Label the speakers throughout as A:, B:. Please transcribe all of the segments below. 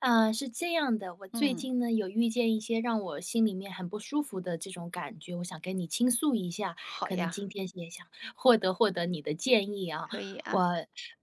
A: 啊，是这样的，我最
B: 嗯，
A: 近呢有遇见一些让我心里面很不舒服的这种感觉，我想跟你倾诉一下，
B: 好
A: 可能
B: 呀，
A: 今天也想获得你的建议啊。
B: 可以啊。
A: 我，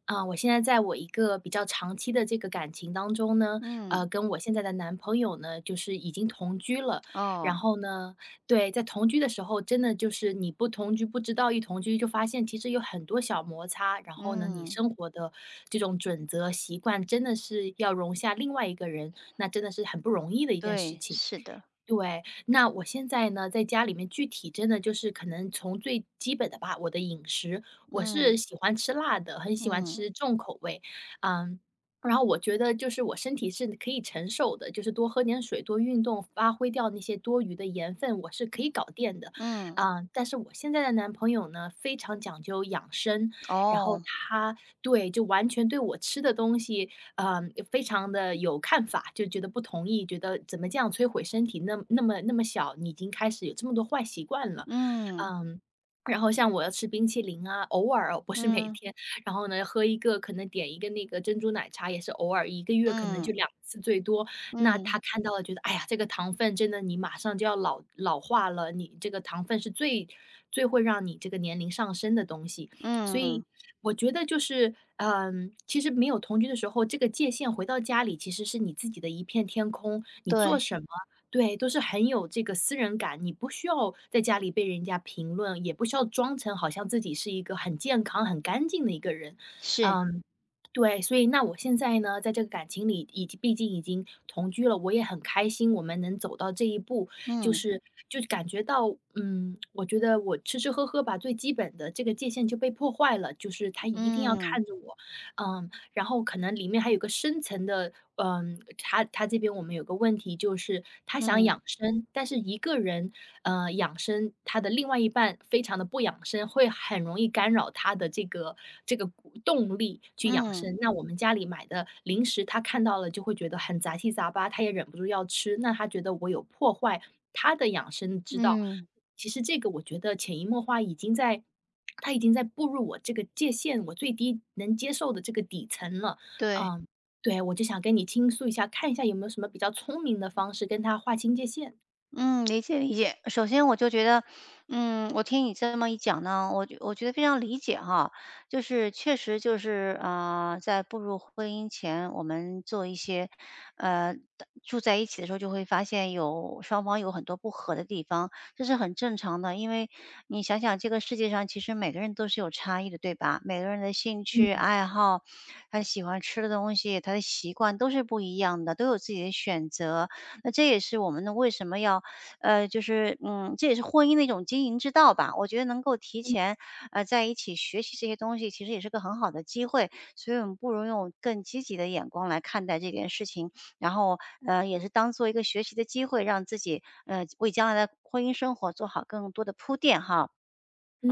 A: 啊，我现在在我一个比较长期的这个感情当中呢，
B: 嗯，
A: 跟我现在的男朋友呢，就是已经同居了。然
B: 哦，
A: 后呢，对，在同居的时候，真的就是你不同居不知道，一同居就发现其实有很多小摩擦，然后呢，你
B: 嗯，
A: 生活的这种准则、习惯，真的是要容下另外一个人，那真的是很不容易的一件事
B: 对，
A: 情。
B: 是的，
A: 对，那我现在呢，在家里面具体真的就是可能从最基本的吧，我的饮食，我是
B: 嗯
A: 喜欢吃辣的，很喜欢
B: 嗯
A: 吃重口味。嗯，然后我觉得就是我身体是可以承受的，就是多喝点水、多运动，发挥掉那些多余的盐分，我是可以搞定的。
B: 嗯，
A: 啊，但是我现在的男朋友呢，非常讲究养生，然后
B: 哦，
A: 他对，就完全对我吃的东西，嗯，非常的有看法，就觉得不同意，觉得怎么这样摧毁身体，那那么那么小，你已经开始有这么多坏习惯了。
B: 嗯
A: 嗯，然后像我要吃冰淇淋啊，偶尔哦，不是每
B: 嗯
A: 天。然后呢，喝一个可能点一个那个珍珠奶茶也是偶尔一个月可能就
B: 嗯
A: 2次最多。那
B: 嗯
A: 他看到了觉得，哎呀，这个糖分真的你马上就要老老化了，你这个糖分是最最会让你这个年龄上升的东西。所
B: 嗯，
A: 以我觉得就是，嗯，其实没有同居的时候，这个界限回到家里其实是你自己的一片天空，你
B: 对，
A: 做什么，对，都是很有这个私人感，你不需要在家里被人家评论，也不需要装成好像自己是一个很健康、很干净的一个人。
B: 是，
A: 嗯，对，所以那我现在呢，在这个感情里，已经毕竟已经同居了，我也很开心，我们能走到这一步，就
B: 嗯
A: 是就感觉到，嗯，我觉得我吃吃喝喝吧，最基本的这个界限就被破坏了，就是他一定要
B: 嗯
A: 看着我。嗯，然后可能里面还有个深层的，嗯，他这边我们有个问题就是他想
B: 嗯
A: 养生，但是一个人，呃，养生，他的另外一半非常的不养生，会很容易干扰他的这个鼓动力去养
B: 嗯
A: 生。那我们家里买的零食，他看到了就会觉得很杂七杂八，他也忍不住要吃，那他觉得我有破坏他的养生之道。
B: 嗯，
A: 其实这个我觉得潜移默化已经在他已经在步入我这个界限，我最低能接受的这个底层了。
B: 对。
A: 嗯，对，我就想跟你倾诉一下，看一下有没有什么比较聪明的方式跟他划清界限。
B: 嗯，理解理解。首先我就觉得，嗯，我听你这么一讲呢，我觉得非常理解哈，就是确实就是啊、在步入婚姻前，我们做一些，呃，住在一起的时候就会发现有双方有很多不合的地方，这是很正常的，因为你想想这个世界上其实每个人都是有差异的，对吧？每个人的兴
A: 嗯，
B: 趣爱好，他喜欢吃的东西，他的习惯都是不一样的，都有自己的选择，那这也是我们呢为什么要就是这也是婚姻的一种经营之道吧。我觉得能够提
A: 嗯
B: 前在一起学习这些东西，其实也是个很好的机会。所以我们不如用更积极的眼光来看待这件事情，然后也是当做一个学习的机会，让自己为将来的婚姻生活做好更多的铺垫哈。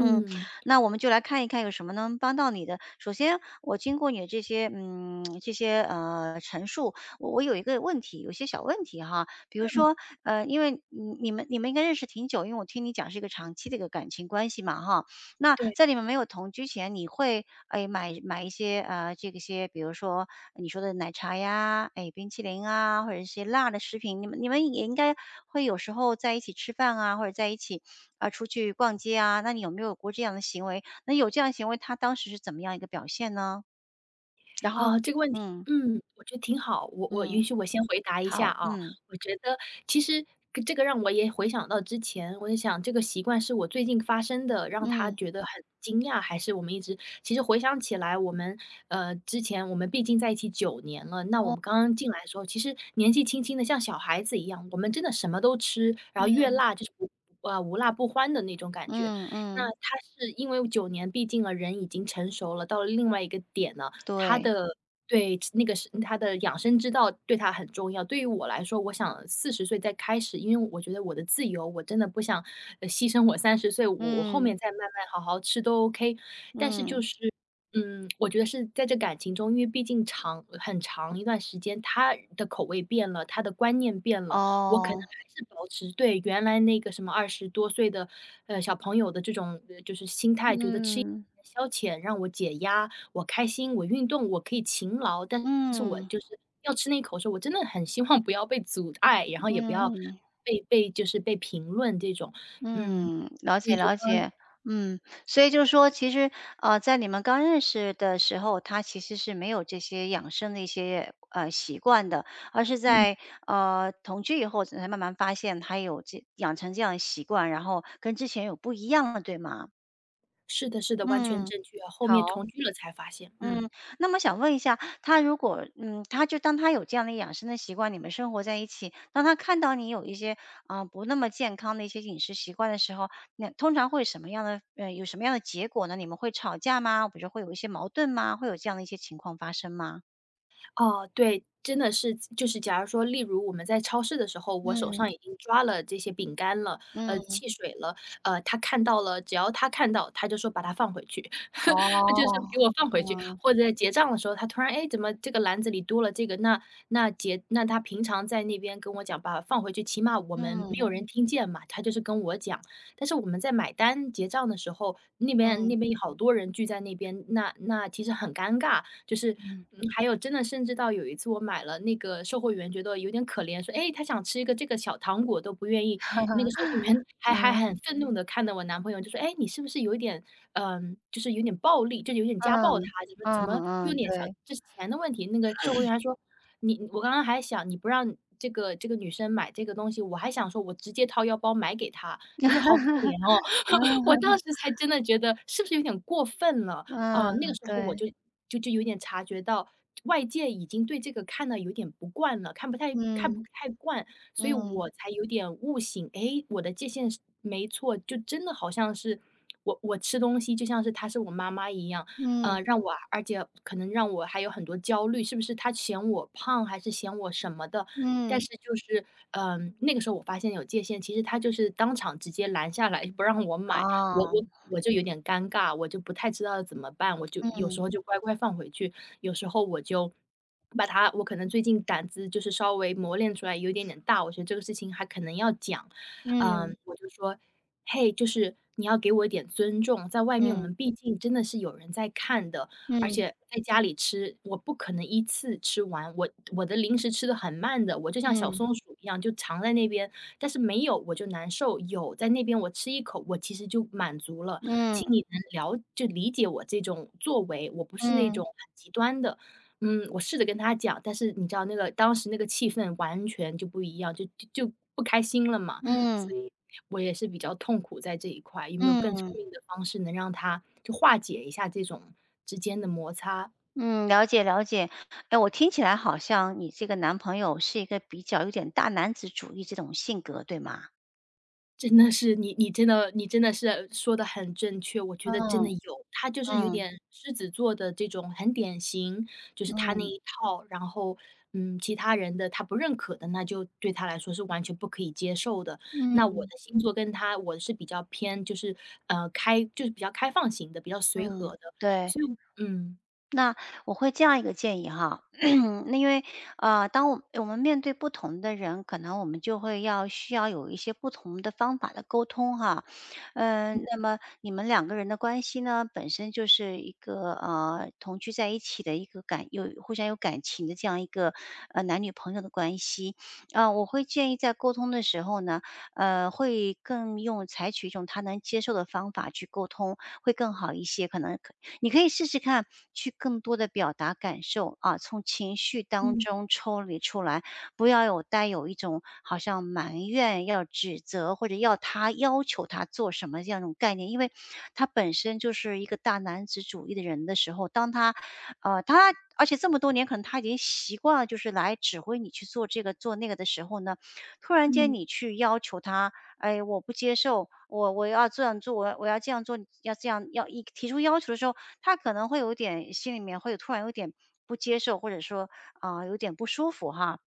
B: 嗯，那我们就来看一看有什么能帮到你的。首先，我经过你的这些陈述，我有一个问题，有一些小问题哈。比如说，因为你们应该认识挺久，因为我听你讲是一个长期的一个感情关系嘛哈。那在
A: 对。
B: 你们没有同居前，你会哎买一些这个些，比如说你说的奶茶呀，哎冰淇淋啊，或者一些辣的食品，你们也应该会有时候在一起吃饭啊，或者在一起。啊，出去逛街啊，那你有没有过这样的行为？那有这样的行为，他当时是怎么样一个表现呢？然后，
A: 啊，这个问题，
B: 嗯
A: 嗯，我觉得挺好。我
B: 嗯，
A: 允许我先回答一下
B: 好，
A: 啊。
B: 嗯
A: 我觉得其实跟这个让我也回想到之前，我在想这个习惯是我最近发生的，让他
B: 嗯
A: 觉得很惊讶，还是我们一直其实回想起来，之前我们毕竟在一起九年了。那我们刚刚进来的时候，其实年纪轻轻的，像小孩子一样，我们真的什么都吃，然后越
B: 嗯
A: 辣就是不。呃，无辣不欢的那种感觉。
B: 嗯
A: 那
B: 嗯，
A: 他是因为九年，毕竟了人已经成熟了，到了另外一个点了。他
B: 对，
A: 的对，那个是他的养生之道对他很重要。对于我来说，我想40岁再开始，因为我觉得我的自由，我真的不想，牺牲我30岁，我后
B: 嗯
A: 面再慢慢好好吃都 OK。但是就
B: 嗯，
A: 是，嗯，我觉得是在这感情中，因为毕竟长很长一段时间，他的口味变了，他的观念变了，我可能
B: 哦，
A: 还是保持对原来那个什么20多岁的，呃，小朋友的这种，呃，就是心态，觉得吃一
B: 嗯
A: 点消遣让我解压，我开心，我运动，我可以勤劳，但是我
B: 嗯
A: 就是要吃那一口的时候，我真的很希望不要被阻碍，然后也不要
B: 嗯。
A: 被就是被评论这种。嗯，
B: 嗯，了
A: 所以
B: 解
A: 就
B: 了
A: 刚刚，
B: 解，嗯，所以就是说，其实在你们刚认识的时候，他其实是没有这些养生的一些习惯的，而是
A: 嗯，
B: 在同居以后才慢慢发现他有这养成这样的习惯，然后跟之前有不一样了，对吗？
A: 是的是的，完全
B: 嗯，
A: 正确啊，后面同
B: 好。
A: 居了才发现。嗯。
B: 嗯，那么想问一下，他如果他就当他有这样的养生的习惯，你们生活在一起，当他看到你有一些啊、不那么健康的一些饮食习惯的时候，那通常会什么样的有什么样的结果呢？你们会吵架吗？比如说会有一些矛盾吗？会有这样的一些情况发生吗？
A: 哦，对，真的是，就是假如说，例如我们在超市的时候，我手
B: 嗯
A: 上已经抓了这些饼干了，
B: 嗯，
A: 汽水了，他看到了，只要他看到，他就说把它放回去，他就是
B: 哦，
A: 给我放回去。
B: 嗯
A: 或者在结账的时候，他突然，哎，诶怎么这个篮子里多了这个？那他平常在那边跟我讲，把它放回去，起码我们没
B: 嗯
A: 有人听见嘛，他就是跟我讲。但是我们在买单结账的时候，那边
B: 嗯
A: 那边有好多人聚在那边，那其实很尴尬。就是，
B: 嗯
A: 嗯，还有真的甚至到有一次我买了那个售货员觉得有点可怜，说：“哎，他想吃一个这个小糖果都不愿意。”那个售货员还还很愤怒的看着我男朋友，就说：“哎，你是不是有一点，嗯，就是有点暴力，就有点家暴他，
B: 嗯
A: 怎么怎
B: 嗯
A: 么用
B: 嗯，
A: 点小
B: 对，
A: 这是钱的问题。”那个售货员还说：“你我刚刚还想你不让这个这个女生买这个东西，我还想说我直接掏腰包买给她。”觉得好可怜哦。
B: 嗯
A: 我当时才真的觉得是不是有点过分了。啊，
B: 嗯
A: 那个时候我
B: 对，
A: 就有点察觉到外界已经对这个看得有点不惯了，看不太看不
B: 嗯
A: 太惯，所以
B: 嗯
A: 我才有点悟醒，诶，我的界限是没错，就真的好像是我吃东西就像是她是我妈妈一样，
B: 嗯
A: 呃，让我而且可能让我还有很多焦虑，是不是她嫌我胖还是嫌我什么的，但
B: 嗯
A: 是就是，嗯，那个时候我发现有界限，其实他就是当场直接拦下来不让我买，我
B: 啊，
A: 我我就有点尴尬，我就不太知道怎么办，我就有
B: 嗯。
A: 时候就乖乖放回去，有时候我就把它我可能最近胆子就是稍微磨练出来有一点点大，我觉得这个事情还可能要讲。
B: 嗯，
A: 嗯，我就说，嘿，就是你要给我一点尊重，在外面我
B: 嗯，
A: 们毕竟真的是有人在看的，而
B: 嗯，
A: 且在家里吃，我不可能一次吃完，我我的零食吃的很慢的，我就像小
B: 嗯，
A: 松鼠一样就藏在那边，但是没有我就难受，有在那边我吃一口，我其实就满足了。
B: 嗯，
A: 请你能了就理解我这种作为，我不是
B: 嗯，
A: 那
B: 嗯，
A: 种很极端的。嗯，我试着跟他讲，但是你知道那个当时那个气氛完全就不一样，就不开心了嘛，
B: 嗯，
A: 所以我也是比较痛苦在这一块，有没有更聪
B: 嗯，
A: 明的方式能让他就化解一下这种之间的摩擦？
B: 嗯了解了解。哎，我听起来好像你这个男朋友是一个比较有点大男子主义这种性格，对吗？
A: 真的是你真的是说的很正确，我觉得真
B: 嗯，
A: 的有，他就是有
B: 嗯，
A: 点狮子座的这种很典型，就是他那
B: 嗯，
A: 一套，然后，嗯，其他人的他不认可的，那就对他来说是完全不可以接受的。那
B: 嗯，
A: 我的星座跟他我是比较偏就是，呃，开就是比较开放型的，比较随
B: 嗯，
A: 和的，
B: 对。
A: 所以，嗯，
B: 那我会这样一个建议哈，那因为当我们面对不同的人，可能我们就会要需要有一些不同的方法的沟通哈，嗯，那么你们两个人的关系呢，本身就是一个同居在一起的一个感有互相有感情的这样一个男女朋友的关系，啊、我会建议在沟通的时候呢，会更用采取一种他能接受的方法去沟通，会更好一些，可能你可以试试看，去更多的表达感受，啊，从情绪当
A: 嗯，
B: 中抽离出来，不要有带有一种好像埋怨、要指责或者要他要求他做什么这样一种概念。因为他本身就是一个大男子主义的人的时候，当他而且这么多年可能他已经习惯了就是来指挥你去做这个做那个的时候呢，突然间
A: 嗯。
B: 你去要求他哎，我不接受，我要这样做，我要这样做，你要这样要一提出要求的时候，他可能会有点心里面会有突然有点不接受，或者说啊、有点不舒服哈。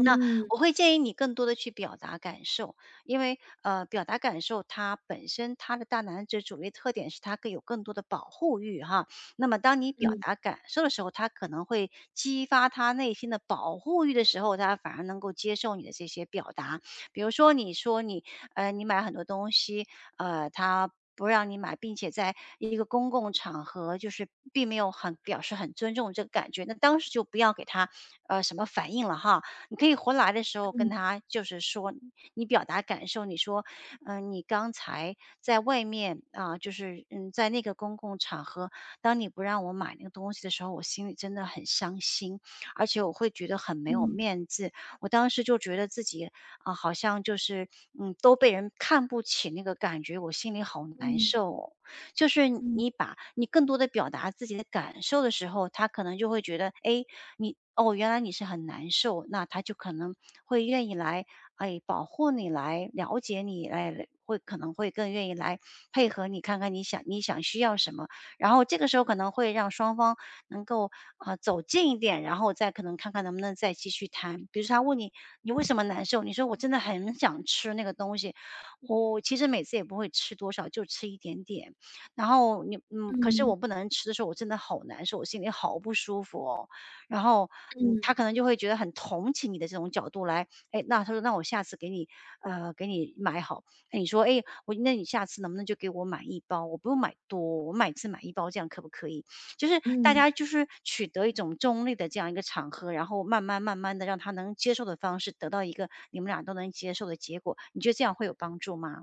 B: 那我会建议你更多的去表达感受，因为，表达感受它本身它的大男子主义特点是它更有更多的保护欲哈。那么当你表
A: 嗯
B: 达感受的时候，他可能会激发他内心的保护欲的时候，他反而能够接受你的这些表达。比如说你说你买很多东西，他不让你买，并且在一个公共场合，就是并没有很表示很尊重这个感觉，那当时就不要给他，什么反应了哈。你可以回来的时候跟
A: 嗯
B: 他就是说，你表达感受，你说，你刚才在外面啊、就是在那个公共场合，当你不让我买那个东西的时候，我心里真的很伤心，而且我会觉得很没有
A: 嗯
B: 面子。我当时就觉得自己啊、好像就是都被人看不起那个感觉，我心里好难
A: 嗯
B: 受哦。就是
A: 嗯
B: 你把你更多的表达自己的感受的时候，他可能就会觉得，哎，你哦，原来你是很难受，那他就可能会愿意来，哎，保护你，来了解你，来会可能会更愿意来配合你，看看你想需要什么，然后这个时候可能会让双方能够啊、走近一点，然后再可能看看能不能再继续谈。比如说他问你为什么难受，你说我真的很想吃那个东西，我其实每次也不会吃多少，就吃一点点。然后你可是
A: 嗯
B: 我不能吃的时候，我真的好难受，我心里好不舒服哦。然后，
A: 嗯
B: 他
A: 嗯，
B: 可能就会觉得很同情你的这种角度来，哎，那他说那我下次给你买好。那你说，哎，我那你下次能不能就给我买一包？我不用买多，我每次买一包，这样可不可以？就是大
A: 嗯
B: 家就是取得一种中立的这样一个场合，然后慢慢慢慢的让他能接受的方式，得到一个你们俩都能接受的结果。你觉得这样会有帮助吗？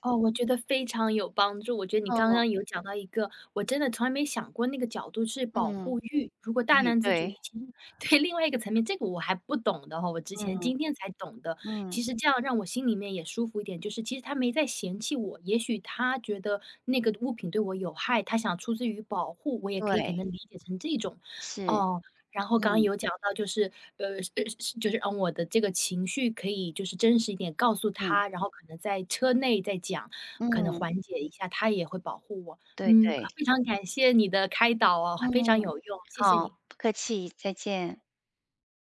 A: 哦，我觉得非常有帮助。我觉得你刚
B: 嗯
A: 刚有讲到一个，我真的从来没想过那个角度是保
B: 嗯，
A: 护欲。如果
B: 哎
A: 大男子主义，
B: 对，
A: 其实对另外一个层面，这个我还不懂的哈，我之前
B: 嗯
A: 今天才懂的。
B: 嗯，
A: 其实这样让我心里面也舒服一点，就是其实他没在嫌弃我，也许他觉得那个物品对我有害，他想出自于保护，我也可以可
B: 对，
A: 能理解成这种。
B: 是，
A: 哦，然后刚刚
B: 嗯
A: 有讲到就是，呃，呃，就是让我的这个情绪可以就是真实一点告诉
B: 嗯
A: 他，然后可能在车内再讲，可能
B: 嗯，
A: 缓解一下，他也会保护我。
B: 对对。
A: 非常感谢你的开导哦，
B: 嗯，
A: 非常有用，谢谢
B: 好，
A: 你。
B: 不客气，再见。